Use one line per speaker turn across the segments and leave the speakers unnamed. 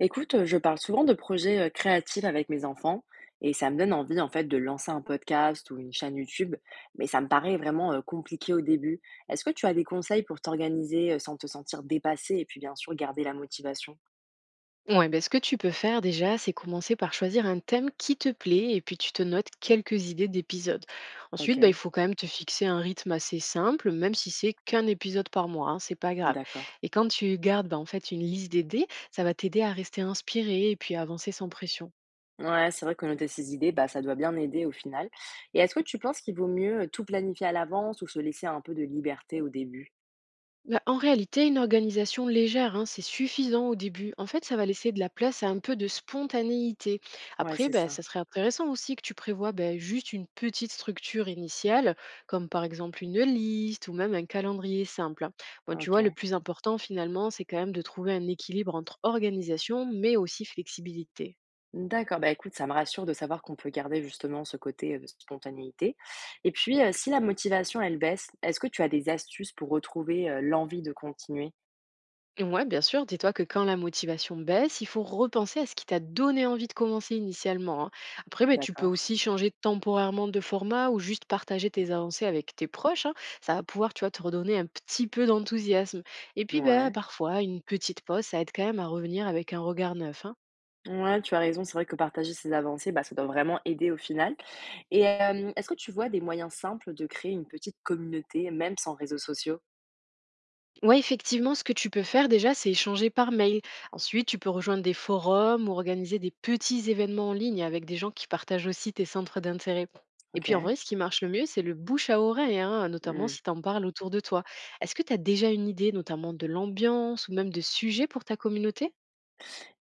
Écoute, je parle souvent de projets créatifs avec mes enfants et ça me donne envie en fait de lancer un podcast ou une chaîne YouTube, mais ça me paraît vraiment compliqué au début. Est-ce que tu as des conseils pour t'organiser sans te sentir dépassée et puis bien sûr garder la motivation?
Ouais, ben, ce que tu peux faire déjà, c'est commencer par choisir un thème qui te plaît et puis tu te notes quelques idées d'épisodes.
Ok,
Ensuite, ben, il faut quand même te fixer un rythme assez simple, même si c'est qu'un épisode par mois, hein, c'est pas grave.
d'accord.
Et quand tu gardes ben, en fait une liste d'idées, ça va t'aider à rester inspiré et puis à avancer sans pression.
Ouais, c'est vrai que noter ces idées, bah, ça doit bien aider au final. Et est-ce que tu penses qu'il vaut mieux tout planifier à l'avance ou se laisser un peu de liberté au début?
Bah, en réalité, une organisation légère, hein, c'est suffisant au début. En fait, ça va laisser de la place à un peu de spontanéité.
Ouais,
Après,
c'est
bah,
ça.
ça serait intéressant aussi que tu prévois bah, juste une petite structure initiale, comme par exemple une liste ou même un calendrier simple, hein. Bon, tu vois, le
Ok.
plus important finalement, c'est quand même de trouver un équilibre entre organisation, mais aussi flexibilité.
D'accord, bah, écoute, ça me rassure de savoir qu'on peut garder justement ce côté spontanéité. Et puis, si la motivation, elle baisse, est-ce que tu as des astuces pour retrouver l'envie de continuer?
Ouais, bien sûr, dis-toi que quand la motivation baisse, il faut repenser à ce qui t'a donné envie de commencer initialement, hein. Après, ben, tu peux
D'accord.
aussi changer temporairement de format ou juste partager tes avancées avec tes proches, hein. Ça va pouvoir, tu vois, te redonner un petit peu d'enthousiasme. Et puis, ben,
Ouais.
parfois, une petite pause, ça aide quand même à revenir avec un regard neuf, hein.
Ouais, tu as raison. C'est vrai que partager ses avancées, bah, ça doit vraiment aider au final. Et est-ce que tu vois des moyens simples de créer une petite communauté, même sans réseaux sociaux?
Ouais, effectivement, ce que tu peux faire déjà, c'est échanger par mail. Ensuite, tu peux rejoindre des forums ou organiser des petits événements en ligne avec des gens qui partagent aussi tes centres d'intérêt. Et puis en
Ok.
vrai, ce qui marche le mieux, c'est le bouche à oreille, hein, notamment si tu en parles autour de toi. Est-ce que tu as déjà une idée, notamment de l'ambiance ou même de sujets pour ta communauté?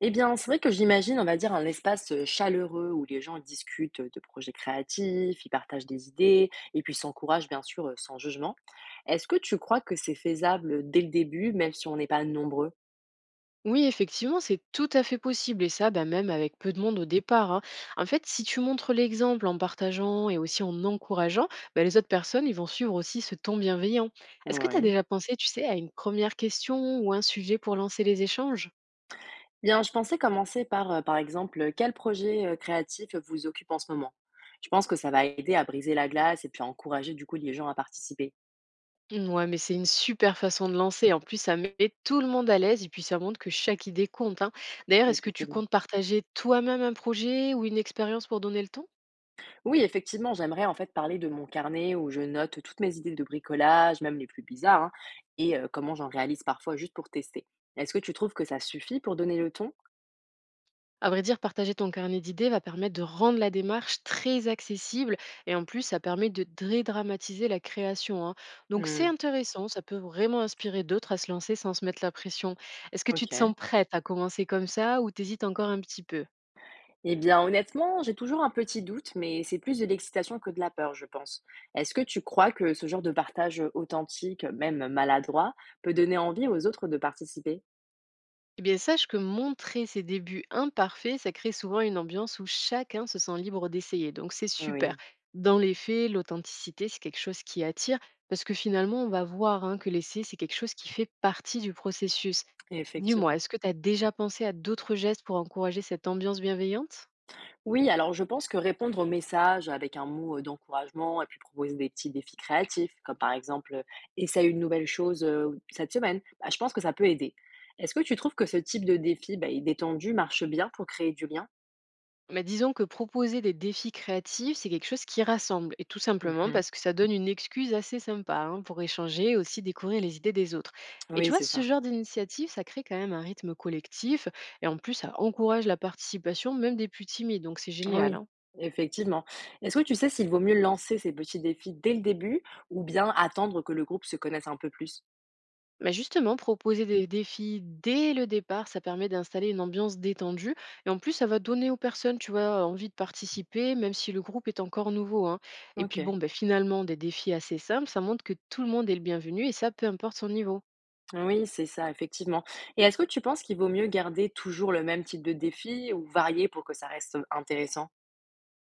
Eh bien, c'est vrai que j'imagine, on va dire, un espace, chaleureux où les gens discutent, de projets créatifs, ils partagent des idées et puis s'encouragent, bien sûr, sans jugement. Est-ce que tu crois que c'est faisable, dès le début, même si on n'est pas nombreux?
Oui, effectivement, c'est tout à fait possible et ça, bah, même avec peu de monde au départ, hein. En fait, si tu montres l'exemple en partageant et aussi en encourageant, bah, les autres personnes, ils vont suivre aussi ce ton bienveillant. Est-ce que tu as
Oui.
déjà pensé, tu sais, à une première question ou un sujet pour lancer les échanges?
Bien, je pensais commencer par, par exemple, quel projet, créatif vous occupe en ce moment? Je pense que ça va aider à briser la glace et puis à encourager, du coup, les gens à participer.
Ouais, mais c'est une super façon de lancer. En plus, ça met tout le monde à l'aise et puis ça montre que chaque idée compte, hein. D'ailleurs, est-ce que tu
Effectivement.
comptes partager toi-même un projet ou une expérience pour donner le ton?
Oui, effectivement, j'aimerais en fait parler de mon carnet où je note toutes mes idées de bricolage, même les plus bizarres, hein, et comment j'en réalise parfois juste pour tester. Est-ce que tu trouves que ça suffit pour donner le ton?
À vrai dire, partager ton carnet d'idées va permettre de rendre la démarche très accessible et en plus, ça permet de dédramatiser la création, hein. Donc, c'est
Hmm,
intéressant, ça peut vraiment inspirer d'autres à se lancer sans se mettre la pression. Est-ce que tu te
ok.
sens prête à commencer comme ça ou t'hésites encore un petit peu?
Eh bien, honnêtement, j'ai toujours un petit doute, mais c'est plus de l'excitation que de la peur, je pense. Est-ce que tu crois que ce genre de partage authentique, même maladroit, peut donner envie aux autres de participer?
Eh bien, sache que montrer ses débuts imparfaits, ça crée souvent une ambiance où chacun se sent libre d'essayer. Donc, c'est super.
Oui,
Dans les faits, l'authenticité, c'est quelque chose qui attire, parce que finalement, on va voir hein, que l'essai, c'est quelque chose qui fait partie du processus. Dis-moi,
effectivement.
est-ce que tu as déjà pensé à d'autres gestes pour encourager cette ambiance bienveillante?
Oui, alors je pense que répondre aux messages avec un mot d'encouragement et puis proposer des petits défis créatifs, comme par exemple essaye une nouvelle chose cette semaine, bah, je pense que ça peut aider. Est-ce que tu trouves que ce type de défi, bah, il détendu, marche bien pour créer du lien?
Mais disons que proposer des défis créatifs, c'est quelque chose qui rassemble, et tout simplement
Mhm.
parce que ça donne une excuse assez sympa hein, pour échanger et aussi découvrir les idées des autres. Et
Oui,
tu vois,
c'est
ce
ça.
genre d'initiative, ça crée quand même un rythme collectif, et en plus, ça encourage la participation, même des plus timides, donc c'est génial,
Oui,
hein.
effectivement. Est-ce que tu sais s'il vaut mieux lancer ces petits défis dès le début ou bien attendre que le groupe se connaisse un peu plus?
Bah, justement, proposer des défis dès le départ, ça permet d'installer une ambiance détendue. Et en plus, ça va donner aux personnes, tu vois, envie de participer, même si le groupe est encore nouveau, hein. Et puis
Ok.
bon, bah, finalement, des défis assez simples, ça montre que tout le monde est le bienvenu, et ça, peu importe son niveau.
Oui, c'est ça, effectivement. Et est-ce que tu penses qu'il vaut mieux garder toujours le même type de défi ou varier pour que ça reste intéressant?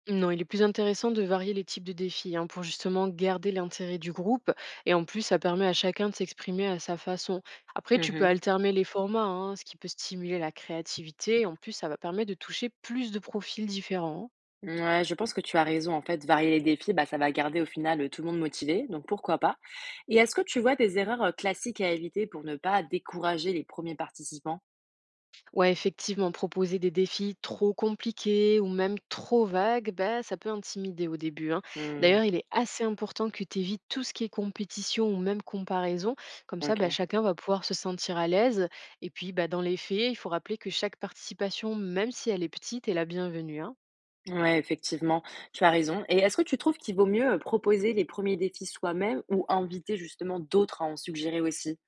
Non, il est plus intéressant de varier les types de défis hein, pour justement garder l'intérêt du groupe. Et en plus, ça permet à chacun de s'exprimer à sa façon. Après, tu peux
Mhm.
alterner les formats, hein, ce qui peut stimuler la créativité. Et en plus, ça va permettre de toucher plus de profils différents.
Ouais, je pense que tu as raison. En fait, varier les défis, bah, ça va garder au final tout le monde motivé, donc pourquoi pas. Et est-ce que tu vois des erreurs classiques à éviter pour ne pas décourager les premiers participants?
Ouais, effectivement, proposer des défis trop compliqués ou même trop vagues, bah, ça peut intimider au début, hein.
Hmm,
D'ailleurs, il est assez important que tu évites tout ce qui est compétition ou même comparaison. Comme ça, bah,
ok.
chacun va pouvoir se sentir à l'aise. Et puis, bah, dans les faits, il faut rappeler que chaque participation, même si elle est petite, est la bienvenue, hein.
Ouais, effectivement, tu as raison. Et est-ce que tu trouves qu'il vaut mieux proposer les premiers défis soi-même ou inviter justement d'autres à en suggérer aussi?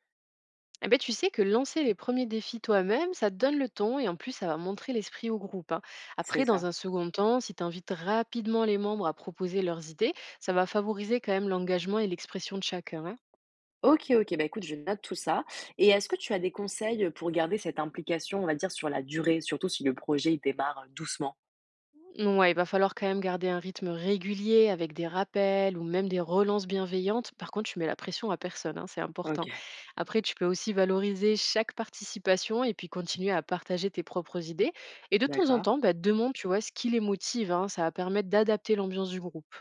Eh ben, tu sais que lancer les premiers défis toi-même, ça te donne le ton et en plus, ça va montrer l'esprit au groupe, hein.
C'est
Après,
ça.
dans un second temps, si tu invites rapidement les membres à proposer leurs idées, ça va favoriser quand même l'engagement et l'expression de chacun, hein.
OK, OK, bah, écoute, je note tout ça et est-ce que tu as des conseils, pour garder cette implication, on va dire, sur la durée, surtout si le projet, il démarre, doucement?
Ouais, il va falloir quand même garder un rythme régulier avec des rappels ou même des relances bienveillantes. Par contre, tu mets la pression à personne, hein, c'est important.
OK,
Après, tu peux aussi valoriser chaque participation et puis continuer à partager tes propres idées. Et de temps en
d'accord.
temps, bah, demande, tu vois, ce qui les motive, hein, ça va permettre d'adapter l'ambiance du groupe.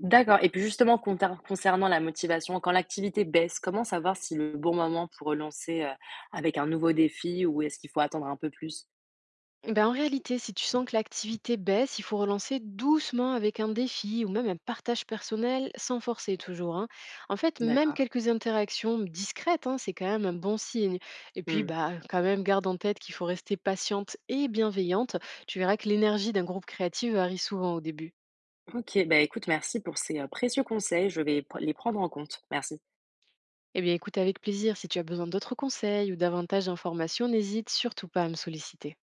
D'accord et puis justement contar concernant la motivation, quand l'activité baisse, comment savoir si le bon moment pour relancer, avec un nouveau défi ou est-ce qu'il faut attendre un peu plus?
Ben, en réalité, si tu sens que l'activité baisse, il faut relancer doucement avec un défi ou même un partage personnel sans forcer toujours, hein. En fait, même
D'accord.
quelques interactions discrètes, hein, c'est quand même un bon signe. Et puis,
Mmh.
bah, quand même, garde en tête qu'il faut rester patiente et bienveillante. Tu verras que l'énergie d'un groupe créatif varie souvent au début.
OK, bah, écoute, merci pour ces, précieux conseils, je vais pr les prendre en compte. Merci.
Eh bien, écoute avec plaisir. Si tu as besoin d'autres conseils ou davantage d'informations, n'hésite surtout pas à me solliciter.